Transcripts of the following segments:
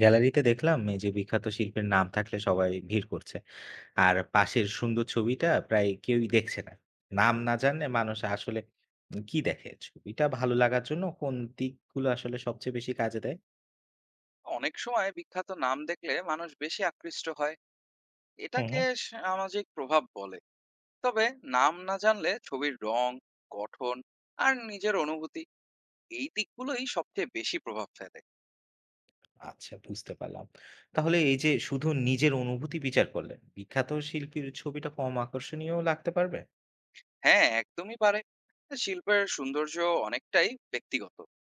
গ্যালারিতে দেখলাম এই যে বিখ্যাত শিল্পের নাম থাকলে সবাই ভিড় করছে আর পাশের সুন্দর ছবিটা প্রায় কেউই দেখছে না। নাম না জানলে মানুষ আসলে কি দেখে? ছবিটা ভালো লাগার জন্য কোন দিকগুলো আসলে সবচেয়ে বেশি কাজে দেয়? অনেক সময় বিখ্যাত নাম দেখলে মানুষ বেশি আকৃষ্ট হয়। হুম, এটাকে হুম। সামাজিক প্রভাব বলে। তবে নাম না জানলে ছবির রং, গঠন আর নিজের অনুভূতি এই দিকগুলোই সবচেয়ে বেশি প্রভাব ফেলে। আচ্ছা, বুঝতে পারলাম। তাহলে এই যে শুধু নিজের অনুভূতি বিচার করলে বিখ্যাত শিল্পীর ছবিটা কম আকর্ষণীয় লাগতে পারবে। হ্যাঁ, একদমই পারে। শিল্পের সৌন্দর্য অনেকটাই ব্যক্তিগত।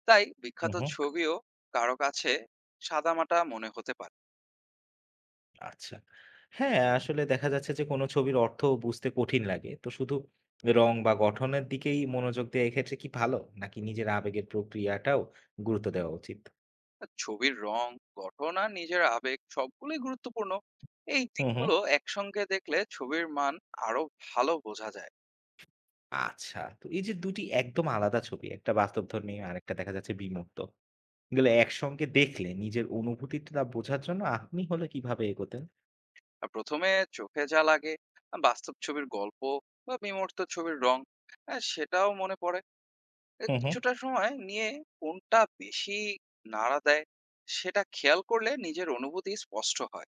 তাই হুম, বিখ্যাত হুম। ছবিও কারো কাছে সাদামাটা মনে হতে পারে। আচ্ছা। হ্যাঁ, আসলে দেখা যাচ্ছে যে কোনো ছবির অর্থ বুঝতে কঠিন লাগে। তো শুধু রং বা গঠনের দিকেই মনোযোগ দেয়া এক্ষেত্রে কি ভালো? নাকি নিজের আবেগের প্রক্রিয়াটাও গুরুত্ব দেওয়া উচিত? আর ছবির রং, গঠন আর নিজের আবেগ সবগুলোই গুরুত্বপূর্ণ। এই হু, হু। দিকগুলো একসঙ্গে দেখলে ছবির মান আরো ভালো বোঝা যায়। আচ্ছা। তো এই যে ২ টি একদম আলাদা ছবি, একটা বাস্তবধর্মী আরেকটা দেখা যাচ্ছে বিমূর্ত। এগুলো একসঙ্গে দেখলে নিজের অনুভূতিটা বোঝার জন্য আপনি হলে কিভাবে এগোতেন? ১ম এ চোখে যা লাগে, বাস্তব ছবির গল্প বা বিমূর্ত ছবির রং, সেটাও মনে পড়ে। হু, হু। কিছুটা সময় নিয়ে কোনটা বেশি নাড়া দেয়, সেটা খেয়াল করলে নিজের অনুভূতি স্পষ্ট হয়।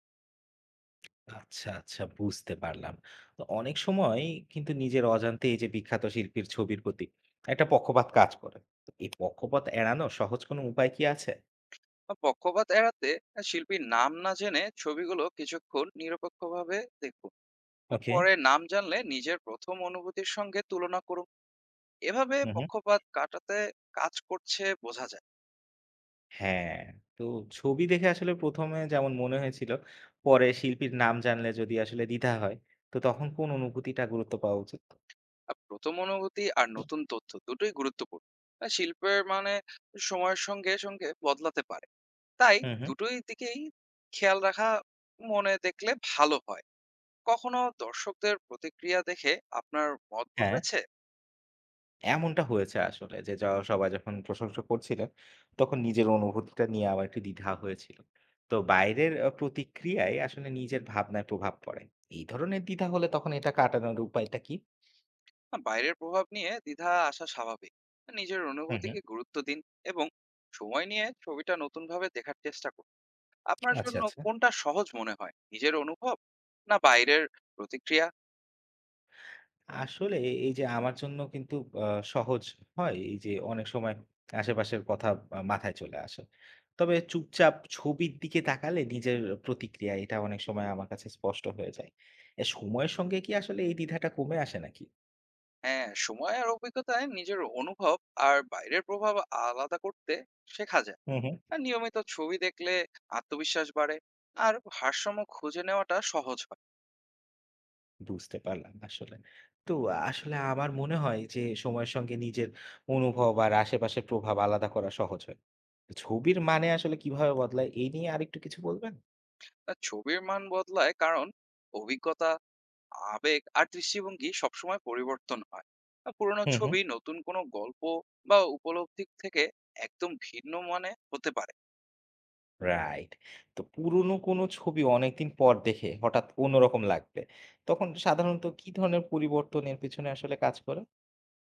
আচ্ছা, আচ্ছা, বুঝতে পারলাম। তো অনেক সময় কিন্তু নিজের অজান্তে এই যে বিখ্যাত শিল্পীর ছবির প্রতি একটা পক্ষপাত কাজ করে। তো এই পক্ষপাত এড়ানোর সহজ কোনো উপায় কি আছে? পক্ষপাত এড়াতে শিল্পীর নাম না জেনে ছবিগুলো কিছুক্ষণ নিরপেক্ষভাবে দেখুন। ওকে। পরে নাম জানলে নিজের ১ম অনুভূতির সঙ্গে তুলনা করুন। এভাবে হু, হু। পক্ষপাত কাটাতে কাজ করছে বোঝা যায়। হ্যাঁ, তো ছবি দেখে আসলে প্রথমে যেমন মনে হয়েছিল, পরে শিল্পীর নাম জানলে যদি আসলে দ্বিধা হয়, তো তখন কোন অনুভূতিটা গুরুত্ব পাওয়া উচিত? প্রথম অনুভূতি আর নতুন তথ্য দুটোই গুরুত্বপূর্ণ। শিল্পের মানে সময়ের সঙ্গে, সঙ্গে বদলাতে পারে। তাই হু, হু। দুটোই দিকেই খেয়াল রাখা মনে দেখলে ভালো হয়। কখনো দর্শকদের প্রতিক্রিয়া দেখে আপনার মত হ্যাঁ। বদলেছে? এমনটা হয়েছে আসলে যে সবাই যখন প্রশংসা করছিলেন, তখন নিজের অনুভূতিটা নিয়ে আমার একটু দ্বিধা হয়েছিল। তো বাইরের প্রতিক্রিয়ায় আসলে নিজের ভাবনায় প্রভাব পড়ে। এই ধরনের দ্বিধা হলে তখন এটা কাটানোর উপায়টা কি? না, বাইরের প্রভাব নিয়ে দ্বিধা আসা স্বাভাবিক। নিজের হুম, হুম। অনুভূতিকে গুরুত্ব দিন এবং সময় নিয়ে ছবিটা নতুনভাবে দেখার চেষ্টা করুন। আপনার আচ্ছা, জন্য আচ্ছা। কোনটা সহজ মনে হয়? নিজের অনুভব, না বাইরের প্রতিক্রিয়া? আসলে এই যে আমার জন্য কিন্তু আ সহজ হয় এই যে অনেক সময় আশেপাশের কথা মাথায় চলে আসে। তবে চুপচাপ ছবির দিকে তাকালে নিজের প্রতিক্রিয়া এটা অনেক সময় আমার কাছে স্পষ্ট হয়ে যায়। এ সময়ের সঙ্গে কি আসলে এই দ্বিধাটা কমে আসে নাকি? হ্যাঁ, সময় আর অভিজ্ঞতায় নিজের অনুভব আর বাইরের প্রভাব আলাদা করতে শেখা যায়। হুম, হুম। আর নিয়মিত ছবি দেখলে আত্মবিশ্বাস বাড়ে আর ভারসাম্য খুঁজে নেওয়াটা সহজ হয়। বুঝতে পারলাম আসলে। তো আসলে আমার মনে হয় যে সময়ের সঙ্গে নিজের অনুভব আর আশেপাশের প্রভাব আলাদা করা সহজ হয়। ছবির মানে আসলে কিভাবে বদলায় এই নিয়ে আরেকটু কিছু বলবেন? আর ছবির মান বদলায় কারণ অভিজ্ঞতা, আবেগ আর দৃষ্টিভঙ্গি সবসময় পরিবর্তন হয়। আর পুরোনো হুম, হুম। ছবি নতুন কোনো গল্প বা উপলব্ধি থেকে একদম ভিন্ন মানে হতে পারে। রাইট। তো পুরনো কোনো ছবি অনেকদিন পর দেখে হঠাৎ অন্যরকম লাগবে। তখন সাধারণত কি ধরনের পরিবর্তনের পেছনে আসলে কাজ করে?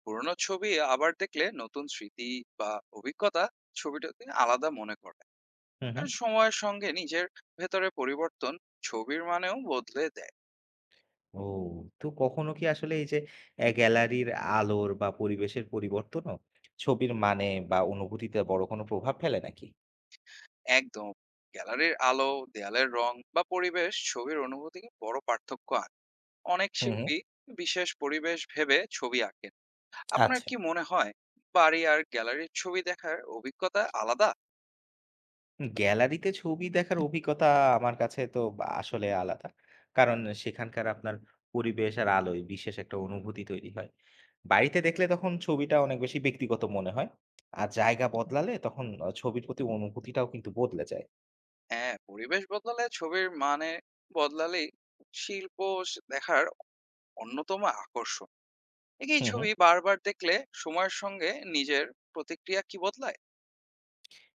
পুরোনো ছবি আবার দেখলে নতুন স্মৃতি বা অভিজ্ঞতা ছবিটাকে আলাদা মনে করে। হুম, আর হুম। সময়ের সঙ্গে নিজের ভেতরে পরিবর্তন ছবির মানেও বদলে দেয়। ও। তো কখনো কি আসলে এই যে গ্যালারির আলোর বা পরিবেশের পরিবর্তনও ছবির মানে বা অনুভূতিতে বড় কোনো প্রভাব ফেলে নাকি? একদম। গ্যালারির আলো, দেয়ালের রং বা পরিবেশ ছবির অনুভূতিকে বড় পার্থক্য আনে। অনেক হুম, হুম। শিল্পী বিশেষ পরিবেশ ভেবে ছবি আঁকেন। আপনার আচ্ছা। কি মনে হয় বাড়ি আর গ্যালারির ছবি দেখার অভিজ্ঞতা আলাদা? গ্যালারিতে ছবি দেখার অভিজ্ঞতা আমার কাছে তো বা আসলে আলাদা। কারণ সেখানকার আপনার পরিবেশ আর আলোয় বিশেষ একটা অনুভূতি তৈরি হয়। বাড়িতে দেখলে তখন ছবিটা অনেক বেশি ব্যক্তিগত মনে হয়। আর জায়গা বদলালে তখন ছবির প্রতি অনুভূতিটাও কিন্তু বদলে যায়। হ্যাঁ, পরিবেশ বদলালে ছবির মানে বদলালেই শিল্প দেখার অন্যতম আকর্ষণ। একই হুম, হুম। ছবি বারবার দেখলে সময়ের সঙ্গে নিজের প্রতিক্রিয়া কি বদলায়?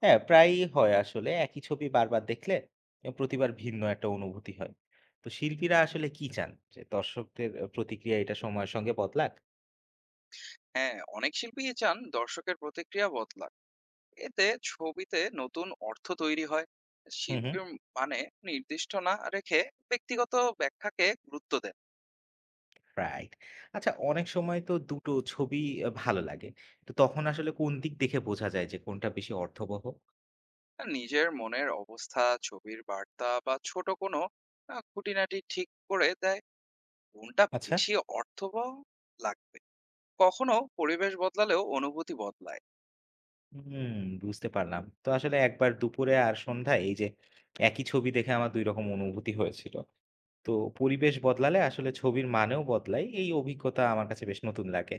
হ্যাঁ, প্রায়ই হয় আসলে। একই ছবি বারবার দেখলে প্রতিবার ভিন্ন একটা অনুভূতি হয়। তো শিল্পীরা আসলে কি চান? যে দর্শকদের প্রতিক্রিয়া এটা সময়ের সঙ্গে বদলাক? হ্যাঁ, অনেক শিল্পীই চান দর্শকের প্রতিক্রিয়া বদলাক। এতে ছবিতে নতুন অর্থ তৈরি হয়। হুম, হুম। শিল্পীর মানে নির্দিষ্ট না রেখে ব্যক্তিগত ব্যাখ্যাকে গুরুত্ব দেন। রাইট। আচ্ছা, অনেক সময় তো ২ টো ছবি ভালো লাগে। তো তখন আসলে কোন দিক দেখে বোঝা যায় যে কোনটা বেশি অর্থবহ? নিজের মনের অবস্থা, ছবির বার্তা বা ছোট কোনো খুঁটিনাটি ঠিক করে দেয় কোনটা আচ্ছা। বেশি অর্থবহ লাগবে। কখনো পরিবেশ বদলালেও অনুভূতি বদলায়। হুম, বুঝতে পারলাম। তো আসলে একবার দুপুরে আর সন্ধ্যায় এই যে একই ছবি দেখে আমার ২ রকম অনুভূতি হয়েছিল। তো পরিবেশ বদলালে আসলে ছবির মানেও বদলায়। এই অভিজ্ঞতা আমার কাছে বেশ নতুন লাগে।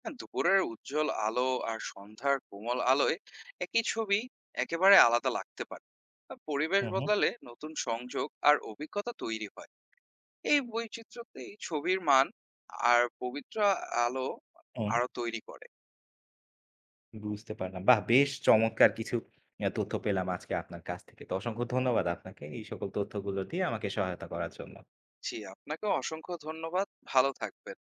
হ্যাঁ, দুপুরের উজ্জ্বল আলো আর সন্ধ্যার কোমল আলোয় একই ছবি একেবারে আলাদা লাগতে পারে। আর পরিবেশ হু, হু, বদলালে নতুন সংযোগ আর অভিজ্ঞতা তৈরি হয়। এই বৈচিত্র্যতেই ছবির মান আর পবিত্র আলো হুম, আরো তৈরি করে। বুঝতে পারলাম। বাহ! বেশ চমৎকার কিছু তথ্য পেলাম আজকে আপনার কাছ থেকে। তো অসংখ্য ধন্যবাদ আপনাকে এই সকল তথ্যগুলো দিয়ে আমাকে সহায়তা করার জন্য। জি, আপনাকে অসংখ্য ধন্যবাদ। ভালো থাকবেন।